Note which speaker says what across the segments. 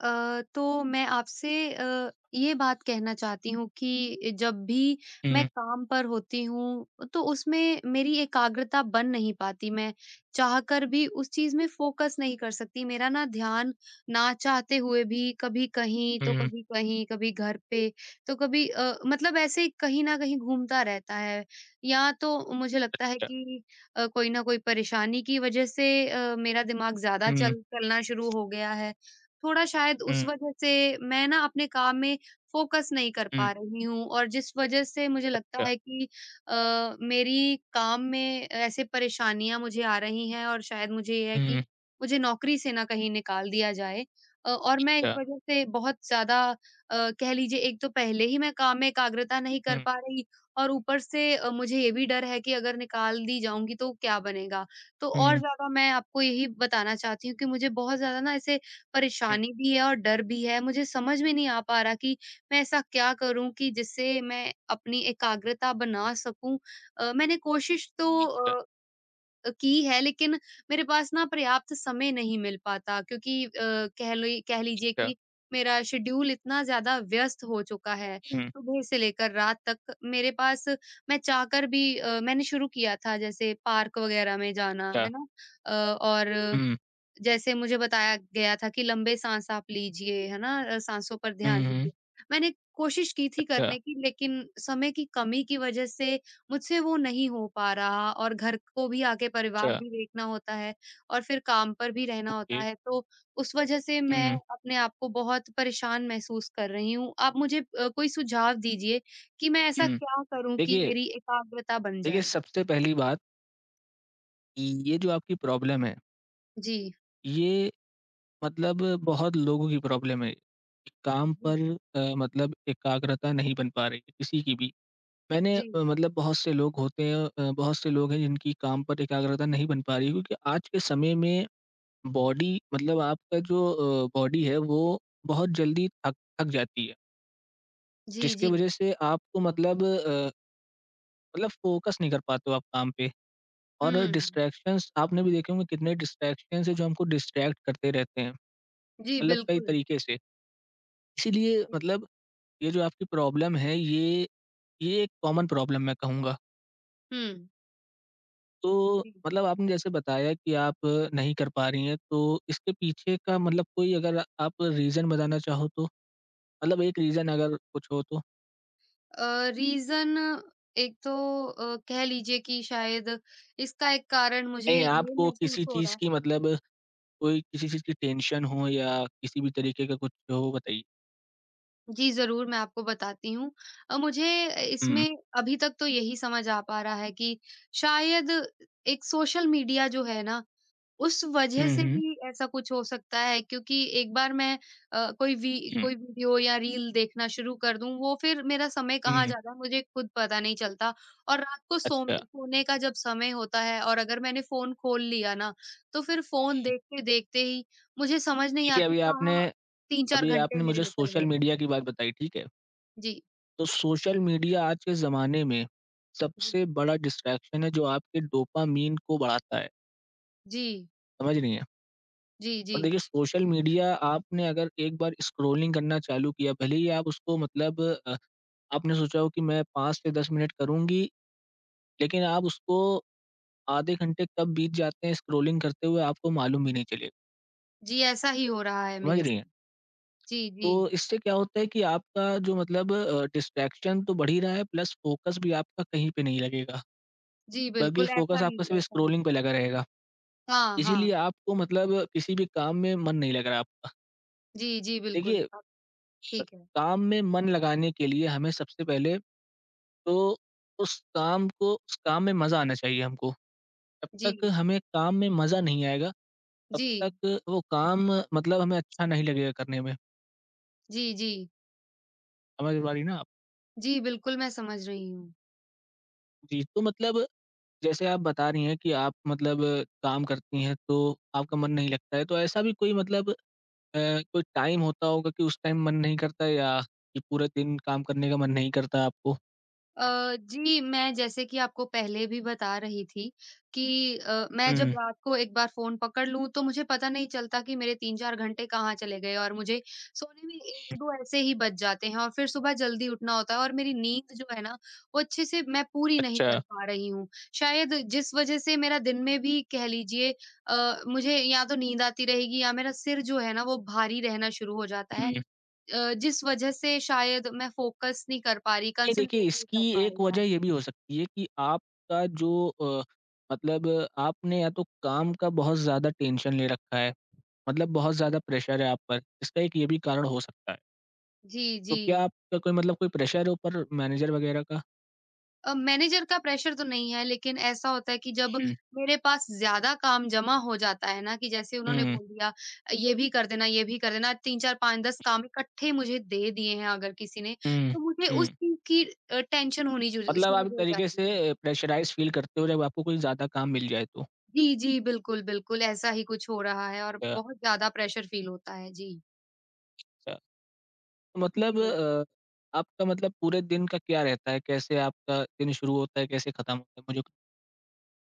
Speaker 1: तो मैं आपसे ये बात कहना चाहती हूँ कि जब भी मैं
Speaker 2: हुँ,
Speaker 1: काम पर होती हूँ, तो उसमें मेरी एकाग्रता बन नहीं पाती। मैं चाहकर भी उस चीज़ में फ़ोकस नहीं कर सकती। मेरा ना ध्यान ना चाहते हुए भी कभी कहीं, तो
Speaker 2: हुँ,
Speaker 1: कभी कहीं, कभी घर पे, तो कभी मतलब ऐसे कहीं न कहीं घूमता रहता है। या तो मुझे लगता है
Speaker 2: अच्छा,
Speaker 1: कि कोई न कोई परेशानी की वज़ह से मेरा दिमाग ज़्यादा
Speaker 2: हुँ,
Speaker 1: चल चलना शुरू हो गया है। थोड़ा शायद उस
Speaker 2: हुँ,
Speaker 1: वजह से मैं ना अपने काम में फ़ोकस नहीं कर पा
Speaker 2: हुँ,
Speaker 1: रही हूँ और जिस वजह से मुझे लगता
Speaker 2: अच्छा,
Speaker 1: है कि मेरी काम में ऐसे परेशानियाँ मुझे आ रही हैं और शायद मुझे ये है कि
Speaker 2: हुँ,
Speaker 1: मुझे नौकरी से ना कहीं निकाल दिया जाए और मैं इस
Speaker 2: अच्छा,
Speaker 1: वजह से बहुत ज़्यादा कह लीजिए एक तो पहले ही मैं काम में एकाग्रता नहीं कर
Speaker 2: हुँ,
Speaker 1: पा रही और ऊपर से मुझे ये भी डर है कि अगर निकाल दी जाऊँगी तो क्या बनेगा? तो और
Speaker 2: हुँ,
Speaker 1: ज़्यादा मैं आपको यही बताना चाहती हूँ कि मुझे बहुत ज़्यादा ना ऐसे
Speaker 2: हुँ,
Speaker 1: परेशानी भी है और डर भी है। मुझे समझ में नहीं आ पा रहा कि मैं ऐसा क्या करूँ कि जिससे मैं अपनी एकाग्रता बना सकूँ? मैंने कोशिश तो
Speaker 2: अच्छा,
Speaker 1: की है लेकिन मेरे पास ना पर्याप्त समय नहीं मिल पाता क्योंकि कह लीजिए
Speaker 2: अच्छा,
Speaker 1: कि मेरा शेड्यूल इतना ज़्यादा व्यस्त हो चुका है,
Speaker 2: हुँ,
Speaker 1: सुबह से लेकर रात तक। मेरे पास मैं चाहकर भी मैंने शुरू किया था जैसे पार्क वग़ैरह में जाना,
Speaker 2: अच्छा,
Speaker 1: है ना? और
Speaker 2: हुँ,
Speaker 1: जैसे मुझे बताया गया था कि लंबे साँस आप लीजिए, है ना? साँसों पर ध्यान
Speaker 2: हुँ, हुँ,
Speaker 1: दीजिए। मैंने कोशिश की थी
Speaker 2: अच्छा,
Speaker 1: करने की लेकिन समय की कमी की वजह से मुझसे वो नहीं हो पा रहा और घर को भी आके
Speaker 2: अच्छा,
Speaker 1: परिवार भी देखना होता है और फिर काम पर भी रहना
Speaker 2: ओके,
Speaker 1: होता है, तो उस वजह से मैं
Speaker 2: हुँ,
Speaker 1: अपने आप को बहुत परेशान महसूस कर रही हूँ। आप मुझे कोई सुझाव दीजिए कि मैं ऐसा
Speaker 2: हुँ।
Speaker 1: क्या करूँ कि
Speaker 2: देखिए
Speaker 1: मेरी एकाग्रता बन
Speaker 2: देखिए,
Speaker 1: जाए?
Speaker 2: सबसे पहली बात कि ये जो आपकी प्रॉब्लम है,
Speaker 1: जी।
Speaker 2: ये मतलब बहुत लोगों की प्रॉब्लम है। काम
Speaker 1: जी।
Speaker 2: पर मतलब एकाग्रता नहीं बन पा रही है, किसी की भी। मैंने
Speaker 1: जी।
Speaker 2: मतलब बहुत से लोग होते हैं बहुत से लोग हैं जिनकी काम पर एकाग्रता नहीं बन पा रही है क्योंकि आज के समय में बॉडी मतलब आपका जो बॉडी है वो बहुत जल्दी थक थक जाती है,
Speaker 1: जी,
Speaker 2: जिसकी
Speaker 1: जी।
Speaker 2: वज़ह से आपको मतलब मतलब फ़ोकस नहीं कर पाते हो आप काम पे और
Speaker 1: हुँ।
Speaker 2: डिस्ट्रैक्शंस आपने भी देखे होंगे कितने डिस्ट्रैक्शंस हैं जो हमको डिस्ट्रैक्ट करते रहते हैं,
Speaker 1: जी,
Speaker 2: मतलब कई
Speaker 1: बिल्कुल।
Speaker 2: तरीके से। इसीलिए
Speaker 1: जी,
Speaker 2: मतलब ये जो आपकी प्रॉब्लम है ये एक कॉमन प्रॉब्लम मैं कहूँगा।
Speaker 1: हुँ।
Speaker 2: तो
Speaker 1: जी।
Speaker 2: मतलब आपने जैसे बताया कि आप नहीं कर पा रही हैं, तो इसके पीछे का मतलब कोई अगर आप रीज़न बताना चाहो तो? मतलब एक रीज़न अगर कुछ हो तो?
Speaker 1: रीज़न एक तो कह लीजिए कि शायद इसका एक कारण मुझे मुझे
Speaker 2: नहीं,
Speaker 1: ये
Speaker 2: आपको
Speaker 1: महसूस
Speaker 2: किसी
Speaker 1: हो रहा
Speaker 2: चीज़
Speaker 1: है।
Speaker 2: की मतलब कोई किसी चीज़ की टेंशन हो या किसी भी तरीके का कुछ हो बताइए?
Speaker 1: जी, ज़रूर मैं आपको बताती हूँ। मुझे
Speaker 2: हुँ।
Speaker 1: इसमें अभी तक तो यही समझ आ पा रहा है कि शायद एक सोशल मीडिया जो है ना, उस वजह
Speaker 2: हुँ,
Speaker 1: से
Speaker 2: हुँ।
Speaker 1: भी ऐसा कुछ हो सकता है क्योंकि एक बार मैं कोई वी
Speaker 2: हुँ,
Speaker 1: कोई वीडियो या रील देखना शुरू कर दूँ, वो फिर मेरा समय कहाँ
Speaker 2: हुँ,
Speaker 1: जा रहा है मुझे खुद पता नहीं चलता और रात को सो
Speaker 2: अच्छा।
Speaker 1: सोने का जब समय होता है और अगर मैंने फ़ोन खोल लिया ना, तो फिर फ़ोन
Speaker 2: हुँ,
Speaker 1: देखते-देखते ही मुझे समझ नहीं
Speaker 2: देखिए
Speaker 1: आती
Speaker 2: अभी आपने
Speaker 1: कहाँ 3-4
Speaker 2: अभी
Speaker 1: घंटे
Speaker 2: आपने
Speaker 1: मेरे
Speaker 2: मुझे
Speaker 1: निकल
Speaker 2: सोशल
Speaker 1: गए।
Speaker 2: मीडिया की बात बताई, ठीक है?
Speaker 1: जी,
Speaker 2: तो सोशल मीडिया आज के ज़माने में
Speaker 1: जी,
Speaker 2: सबसे बड़ा डिस्ट्रैक्शन है जो आपके डोपामाइन को बढ़ाता है,
Speaker 1: जी,
Speaker 2: समझ रही हैं?
Speaker 1: जी, जी,
Speaker 2: और देखिए सोशल मीडिया आपने अगर एक बार स्क्रॉलिंग करना चालू किया, भले ही आप उसको मतलब अ, आपने सोचा हो कि मैं 5 से 10 मिनट करूँगी, लेकिन आप उसको आधे घंटे कब बीत जाते हैं स्क्रॉलिंग करते हुए आपको मालूम भी नहीं चलेगा,
Speaker 1: जी, ऐसा ही हो रहा है
Speaker 2: समझ
Speaker 1: मेरे
Speaker 2: रही
Speaker 1: साथ।
Speaker 2: हैं?
Speaker 1: जी,
Speaker 2: तो
Speaker 1: जी,
Speaker 2: इससे क्या होता है कि आपका जो मतलब डिस्ट्रैक्शन तो बढ़ ही रहा है प्लस फ़ोकस भी आपका कहीं पे नहीं लगेगा,
Speaker 1: जी,
Speaker 2: बल्कि
Speaker 1: बिल्कुल ऐसा
Speaker 2: फ़ोकस
Speaker 1: ही
Speaker 2: आपका सिर्फ़
Speaker 1: ऐसा ही।
Speaker 2: स्क्रॉलिंग पे लगा रहेगा।
Speaker 1: हाँ,
Speaker 2: इसीलिए
Speaker 1: हाँ।
Speaker 2: आपको मतलब किसी भी काम में मन नहीं लग रहा आपका।
Speaker 1: जी, जी, बिल्कुल।
Speaker 2: देखिए,
Speaker 1: ठीक है।
Speaker 2: काम में मन लगाने के लिए हमें सबसे पहले तो उस काम को उस काम में मज़ा आना चाहिए हमको। जब तक
Speaker 1: जी।
Speaker 2: हमें काम में मज़ा नहीं आएगा, तब
Speaker 1: जी।
Speaker 2: तक वो काम मतलब हमें अच्छा नहीं लगेगा करने में।
Speaker 1: जी, जी।
Speaker 2: समझ पा रही ना आप?
Speaker 1: जी, बिल्कुल मैं समझ रही हूँ।
Speaker 2: जी, तो मतलब जैसे आप बता रही हैं कि आप मतलब काम करती हैं तो आपका मन नहीं लगता है, तो ऐसा भी कोई मतलब अ, कोई टाइम होता होगा कि उस टाइम मन नहीं करता या कि पूरे दिन काम करने का मन नहीं करता आपको?
Speaker 1: जी, मैं जैसे कि आपको पहले भी बता रही थी कि मैं जब
Speaker 2: हुँ,
Speaker 1: रात को एक बार फ़ोन पकड़ लूँ, तो मुझे पता नहीं चलता कि मेरे 3-4 घंटे कहाँ चले गए और मुझे सोने में 1-2 ऐसे ही बज जाते हैं और फिर सुबह जल्दी उठना होता है और मेरी नींद जो है ना, वो अच्छे से मैं पूरी नहीं
Speaker 2: अच्छा,
Speaker 1: कर पा रही हूँ। शायद जिस वज़ह से मेरा दिन में भी कह लीजिए मुझे या तो नींद आती रहेगी या मेरा सिर जो है ना, वो भारी रहना शुरू हो जाता है
Speaker 2: हुँ।
Speaker 1: जिस वजह से शायद मैं फ़ोकस नहीं कर पा रही,
Speaker 2: नहीं देखिए
Speaker 1: कंसंट्रेट नहीं
Speaker 2: इसकी
Speaker 1: कर पा रही
Speaker 2: एक
Speaker 1: काम
Speaker 2: वजह ये
Speaker 1: पे।
Speaker 2: भी हो सकती है कि आपका जो मतलब आपने या तो काम का बहुत ज़्यादा टेंशन ले रखा है, मतलब बहुत
Speaker 1: जी।
Speaker 2: ज़्यादा प्रेशर है आप पर, इसका एक ये भी कारण हो सकता है।
Speaker 1: जी,
Speaker 2: तो
Speaker 1: जी।
Speaker 2: क्या आपका कोई मतलब कोई प्रेशर है ऊपर मैनेजर वगैरह का?
Speaker 1: मैनेजर का प्रेशर तो नहीं है लेकिन ऐसा होता है कि जब
Speaker 2: हुँ,
Speaker 1: मेरे पास ज़्यादा काम जमा हो जाता है ना कि जैसे उन्होंने
Speaker 2: हुँ,
Speaker 1: बोल दिया ये भी कर देना, ये भी कर देना 3, 4, 5, 10 काम इकट्ठे मुझे दे दिए हैं अगर किसी ने,
Speaker 2: हुँ,
Speaker 1: तो मुझे उस
Speaker 2: हुँ।
Speaker 1: चीज़ की टेंशन होनी जु
Speaker 2: मतलब
Speaker 1: शुरू
Speaker 2: आप एक
Speaker 1: हो
Speaker 2: तरीके
Speaker 1: जाती है।
Speaker 2: से प्रेशराइज़ फ़ील करते हो जब आपको कोई ज़्यादा काम मिल जाए तो।
Speaker 1: जी, जी, बिल्कुल, बिल्कुल ऐसा ही कुछ हो रहा है और
Speaker 2: अच्छा,
Speaker 1: बहुत ज़्यादा प्रेशर फ़ील होता है। जी।
Speaker 2: अच्छा। तो
Speaker 1: जी,
Speaker 2: मतलब
Speaker 1: बिल्कुल।
Speaker 2: आपका मतलब पूरे दिन का क्या रहता है? कैसे आपका दिन शुरू होता है, कैसे खत्म होता है? मुझे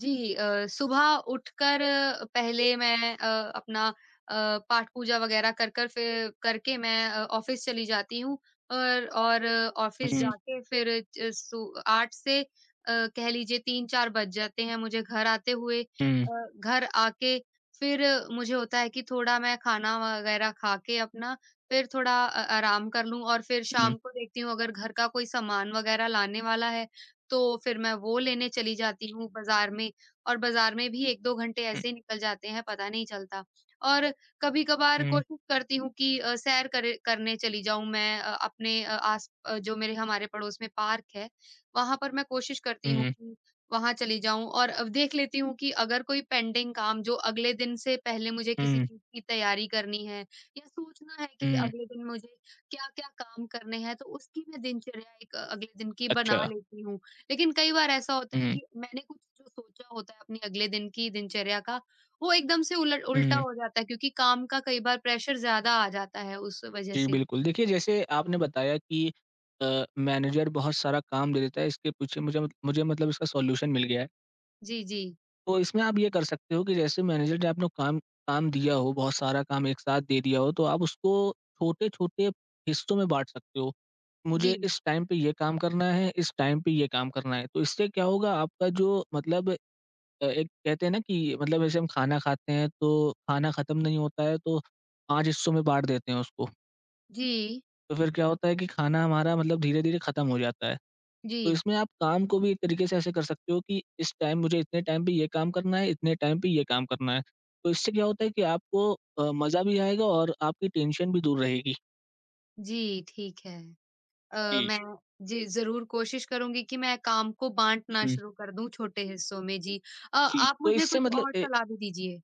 Speaker 1: जी सुबह उठकर पहले मैं अपना पाठ पूजा वगैरह कर कर फिर करके मैं ऑफिस चली जाती हूँ और ऑफिस
Speaker 2: हुँ,
Speaker 1: जाके फिर 8 से कह लीजिए 3-4 बज जाते हैं मुझे घर आते हुए
Speaker 2: हुँ,
Speaker 1: घर आके फिर मुझे होता है कि थोड़ा मैं खाना वगैरह खा के अपना फिर थोड़ा आराम कर लूं और फिर
Speaker 2: हुँ,
Speaker 1: शाम को देखती हूँ अगर घर का कोई सामान वगैरह लाने वाला है तो फिर मैं वो लेने चली जाती हूँ बाज़ार में और बाज़ार में भी 1-2 घंटे
Speaker 2: हुँ,
Speaker 1: ऐसे ही निकल जाते हैं, पता नहीं चलता। और कभी-कभार
Speaker 2: हुँ,
Speaker 1: कोशिश करती हूँ कि सैर करे करने चली जाऊँ मैं अपने जो मेरे हमारे पड़ोस में पार्क है, वहाँ पर मैं कोशिश करती हूँ
Speaker 2: हुँ,
Speaker 1: कि वहाँ चली जाऊँ और अब देख लेती हूँ कि अगर कोई पेंडिंग काम जो अगले दिन से पहले मुझे किसी
Speaker 2: हुँ,
Speaker 1: चीज़ की तैयारी करनी है या सोचना है कि
Speaker 2: हुँ।
Speaker 1: अगले दिन मुझे क्या-क्या काम करने हैं, तो उसकी मैं दिनचर्या एक अगले दिन की बना
Speaker 2: अच्छा।
Speaker 1: लेती हूँ। लेकिन कई बार ऐसा होता है
Speaker 2: हुँ,
Speaker 1: कि मैंने कुछ जो सोचा होता है अपनी अगले दिन की दिनचर्या का, वो एकदम से उलट उल्टा
Speaker 2: हुँ।
Speaker 1: हो जाता है क्योंकि काम का कई बार प्रेशर ज़्यादा आ जाता है उस वजह
Speaker 2: जी,
Speaker 1: से।
Speaker 2: बिल्कुल। देखिए, जैसे आपने बताया कि मैनेजर बहुत सारा काम दे देता है, इसके पीछे मुझे मुझे मतलब इसका सॉल्यूशन मिल गया है।
Speaker 1: जी, जी।
Speaker 2: तो इसमें आप ये कर सकते हो कि जैसे मैनेजर ने आपको काम काम दिया हो, बहुत सारा काम एक साथ दे दिया हो, तो आप उसको छोटे-छोटे हिस्सों में बाँट सकते हो। मुझे
Speaker 1: जी,
Speaker 2: इस टाइम पे ये काम करना है, इस टाइम पे ये काम करना है। तो इससे क्या होगा आपका जो मतलब एक कहते हैं ना कि मतलब जैसे हम खाना खाते हैं तो खाना ख़त्म नहीं होता है तो 5 हिस्सों में बाँट देते हैं उसको।
Speaker 1: जी,
Speaker 2: तो फिर क्या होता है कि खाना हमारा मतलब धीरे-धीरे ख़त्म हो जाता है। तो
Speaker 1: जी,
Speaker 2: इसमें आप काम को भी एक तरीके से ऐसे कर सकते हो कि इस टाइम मुझे इतने टाइम पे ये काम करना है, इतने टाइम पे ये काम करना है। तो इससे क्या होता है कि आपको मज़ा भी आएगा और आपकी टेंशन भी दूर रहेगी।
Speaker 1: जी, ठीक है। अ,
Speaker 2: जी,
Speaker 1: मैं जी, ज़रूर कोशिश करूँगी कि मैं काम को बाँटना
Speaker 2: हुँ।
Speaker 1: शुरू कर दूँ छोटे हिस्सों में, जी।
Speaker 2: जी,
Speaker 1: आप
Speaker 2: तो
Speaker 1: मुझे
Speaker 2: इससे
Speaker 1: कुछ
Speaker 2: मतलब
Speaker 1: और
Speaker 2: ए
Speaker 1: सलाह भी दीजिए।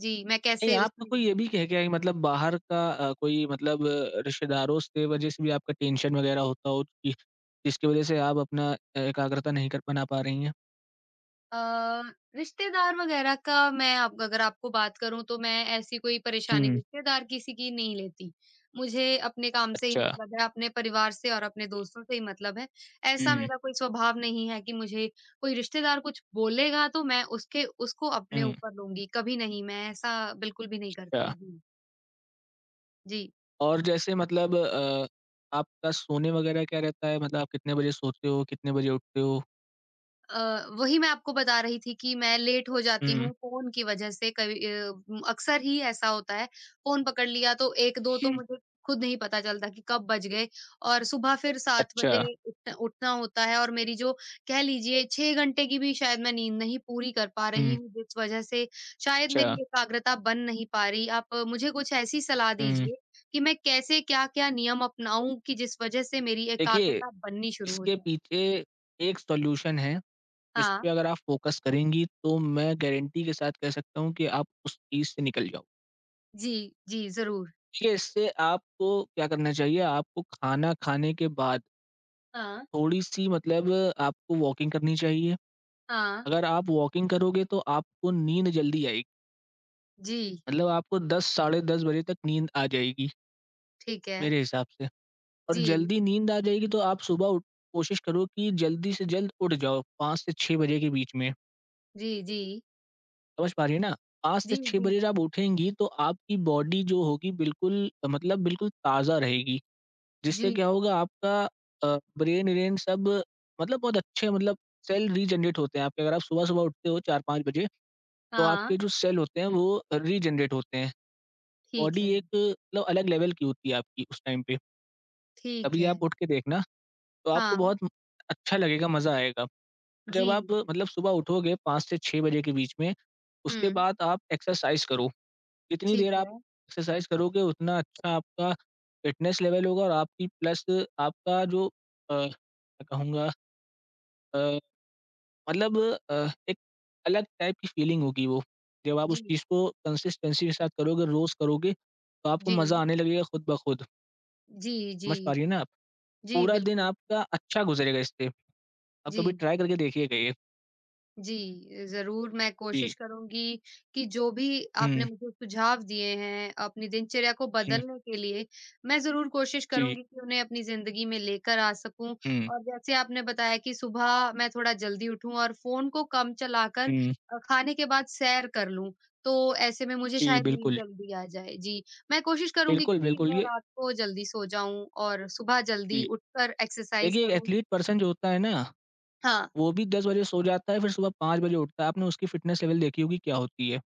Speaker 1: जी, मैं
Speaker 2: नहीं
Speaker 1: कैसे
Speaker 2: आपका
Speaker 1: उसमें।
Speaker 2: कोई ये भी कह गया है कि मतलब बाहर का कोई मतलब रिश्तेदारों से वजह से भी आपका टेंशन वगैरह होता हो कि जिसकी वजह से आप अपना एकाग्रता नहीं कर बना पा रही हैं?
Speaker 1: अ, रिश्तेदार वगैरह का मैं आप अगर आपको बात करूँ तो मैं ऐसी कोई परेशानी
Speaker 2: हुँ,
Speaker 1: रिश्तेदार किसी की नहीं लेती। मुझे अपने काम से ही
Speaker 2: अच्छा।
Speaker 1: मतलब है, अपने परिवार से और अपने दोस्तों से ही मतलब है। ऐसा
Speaker 2: हुँ।
Speaker 1: मेरा कोई स्वभाव नहीं है कि मुझे कोई रिश्तेदार कुछ बोलेगा तो मैं उसके उसको अपने
Speaker 2: हुँ,
Speaker 1: ऊपर लूँगी, कभी नहीं, मैं ऐसा बिल्कुल भी नहीं
Speaker 2: अच्छा।
Speaker 1: करती। जी। जी।
Speaker 2: और जैसे मतलब आपका सोने वगैरह क्या रहता है? मतलब आप कितने बजे सोते हो? कितने बजे उठते हो?
Speaker 1: वही मैं आपको बता रही थी कि मैं लेट हो जाती
Speaker 2: हुँ।
Speaker 1: हूँ फ़ोन की वज़ह से कभी अक्सर ही ऐसा होता है, फ़ोन पकड़ लिया तो 1-2 तो
Speaker 2: हुँ।
Speaker 1: मुझे खुद नहीं पता चलता कि कब बज गए और सुबह फिर 7
Speaker 2: अच्छा।
Speaker 1: बजे उठना उठना होता है और मेरी जो कह लीजिए 6 घंटे की भी शायद मैं नींद नहीं पूरी कर पा रही
Speaker 2: हुँ,
Speaker 1: हूँ, जिस वज़ह से शायद
Speaker 2: अच्छा।
Speaker 1: मेरी एकाग्रता बन नहीं पा रही। आप मुझे कुछ ऐसी सलाह
Speaker 2: हुँ।
Speaker 1: दीजिए कि मैं कैसे क्या-क्या नियम अपनाऊँ कि जिस वज़ह से मेरी
Speaker 2: देखिए,
Speaker 1: एकाग्रता बननी शुरू हो
Speaker 2: इसके
Speaker 1: जाए?
Speaker 2: पीछे एक सॉल्यूशन है, इस
Speaker 1: हाँ।
Speaker 2: पे अगर आप फ़ोकस करेंगी तो मैं गारंटी के साथ कह सकता हूँ कि आप उस चीज़ से निकल जाओ।
Speaker 1: जी, जी, ज़रूर।
Speaker 2: देखिए, इससे आपको क्या करना चाहिए, आपको खाना खाने के बाद
Speaker 1: हाँ,
Speaker 2: थोड़ी-सी मतलब आपको वॉकिंग करनी चाहिए।
Speaker 1: हाँ,
Speaker 2: अगर आप वॉकिंग करोगे तो आपको नींद जल्दी आएगी।
Speaker 1: जी,
Speaker 2: मतलब आपको 10 साढ़े 10 बजे तक नींद आ जाएगी,
Speaker 1: ठीक है।
Speaker 2: मेरे हिसाब से और
Speaker 1: जी,
Speaker 2: जल्दी नींद आ जाएगी तो आप सुबह उठ कोशिश करो कि जल्दी से जल्द उठ जाओ 5 से 6 बजे के बीच में,
Speaker 1: जी, जी,
Speaker 2: समझ पा रही हैं ना? 5 से
Speaker 1: जी,
Speaker 2: 6
Speaker 1: जी,
Speaker 2: बजे आप उठेंगी तो आपकी बॉडी जो होगी बिल्कुल मतलब बिल्कुल ताज़ा रहेगी,
Speaker 1: जी,
Speaker 2: जिससे क्या होगा आपका अ, ब्रेन-व्रेन सब मतलब बहुत अच्छे मतलब सेल रीजनरेट होते हैं आपके अगर आप सुबह-सुबह उठते हो 4-5 बजे, तो
Speaker 1: हाँ,
Speaker 2: आपके जो सेल होते हैं वो रीजनरेट होते हैं।
Speaker 1: ठीक
Speaker 2: बॉडी
Speaker 1: है,
Speaker 2: एक मतलब अलग लेवल की होती है आपकी उस टाइम पे।
Speaker 1: ठीक
Speaker 2: कभी
Speaker 1: है,
Speaker 2: आप उठ के देखना, तो आपको
Speaker 1: हाँ,
Speaker 2: बहुत अच्छा लगेगा, मज़ा आएगा। जब आप
Speaker 1: जी,
Speaker 2: मतलब सुबह उठोगे 5 से 6 बजे के बीच में, उसके
Speaker 1: हुँ,
Speaker 2: बाद आप एक्सरसाइज़ करो। जितनी
Speaker 1: ठीक
Speaker 2: देर आप
Speaker 1: है,
Speaker 2: एक्सरसाइज़ करोगे, उतना अच्छा आपका फ़िटनेस लेवल होगा और आपकी प्लस आपका जो मैं कहूँगा अ, मतलब अ, एक अलग टाइप की फ़ीलिंग होगी वो। जब आप उस
Speaker 1: जी,
Speaker 2: चीज़ को कंसिस्टेंसी के साथ करोगे, रोज़ करोगे, तो आपको
Speaker 1: जी,
Speaker 2: मज़ा आने लगेगा खुद ब खुद।
Speaker 1: जी,
Speaker 2: समझ पा
Speaker 1: जी,
Speaker 2: रही हैं ना आप?
Speaker 1: जी,
Speaker 2: पूरा दिन
Speaker 1: बिल्कुल,
Speaker 2: आपका अच्छा गुज़रेगा इससे। आप
Speaker 1: जी।
Speaker 2: कभी ट्राई करके देखिएगा ये।
Speaker 1: जी, ज़रूर मैं
Speaker 2: जी।
Speaker 1: कोशिश करूँगी कि जो भी आपने
Speaker 2: हुँ,
Speaker 1: मुझे सुझाव दिए हैं अपनी दिनचर्या को
Speaker 2: हुँ,
Speaker 1: बदलने के लिए, मैं ज़रूर कोशिश
Speaker 2: जी,
Speaker 1: करूँगी कि उन्हें अपनी ज़िंदगी में लेकर आ सकूँ।
Speaker 2: हुँ,
Speaker 1: और जैसे आपने बताया कि सुबह मैं थोड़ा जल्दी उठूँ और फ़ोन को कम चलाकर
Speaker 2: हुँ,
Speaker 1: खाने के बाद सैर कर लूँ, तो ऐसे में मुझे
Speaker 2: जी,
Speaker 1: शायद नींद
Speaker 2: बिल्कुल।
Speaker 1: जल्दी आ जाए। जी, मैं कोशिश करूँगी
Speaker 2: बिल्कुल,
Speaker 1: कि
Speaker 2: बिल्कुल
Speaker 1: मैं
Speaker 2: ये
Speaker 1: रात को जल्दी सो जाऊँ और सुबह
Speaker 2: जी।
Speaker 1: जल्दी उठकर एक्सरसाइज़
Speaker 2: देखिए, एक
Speaker 1: करूँ।
Speaker 2: एथलीट पर्सन जो होता है ना,
Speaker 1: हाँ।
Speaker 2: वो भी 10 बजे सो जाता है, फिर सुबह 5 बजे उठता है। आपने उसकी फ़िटनेस लेवल देखी होगी क्या होती है।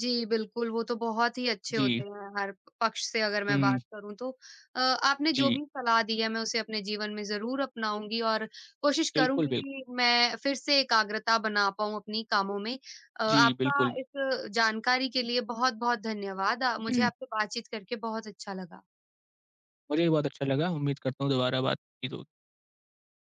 Speaker 1: जी, बिल्कुल, वो तो बहुत ही अच्छे होते
Speaker 2: जी,
Speaker 1: हैं हर पक्ष से अगर मैं
Speaker 2: हुँ,
Speaker 1: बात करूँ तो। आपने जो
Speaker 2: जी,
Speaker 1: भी सलाह दी है मैं उसे अपने जीवन में ज़रूर अपनाऊँगी और कोशिश
Speaker 2: बिल्कुल,
Speaker 1: करूँगी
Speaker 2: बिल्कुल।
Speaker 1: कि मैं फिर से एकाग्रता बना पाऊँ अपनी कामों में।
Speaker 2: जी,
Speaker 1: आपका
Speaker 2: बिल्कुल।
Speaker 1: इस जानकारी के लिए बहुत-बहुत धन्यवाद। मुझे
Speaker 2: हुँ,
Speaker 1: आपसे बातचीत करके बहुत अच्छा लगा।
Speaker 2: मुझे भी बहुत अच्छा लगा। उम्मीद करता हूँ दोबारा बात होगी तो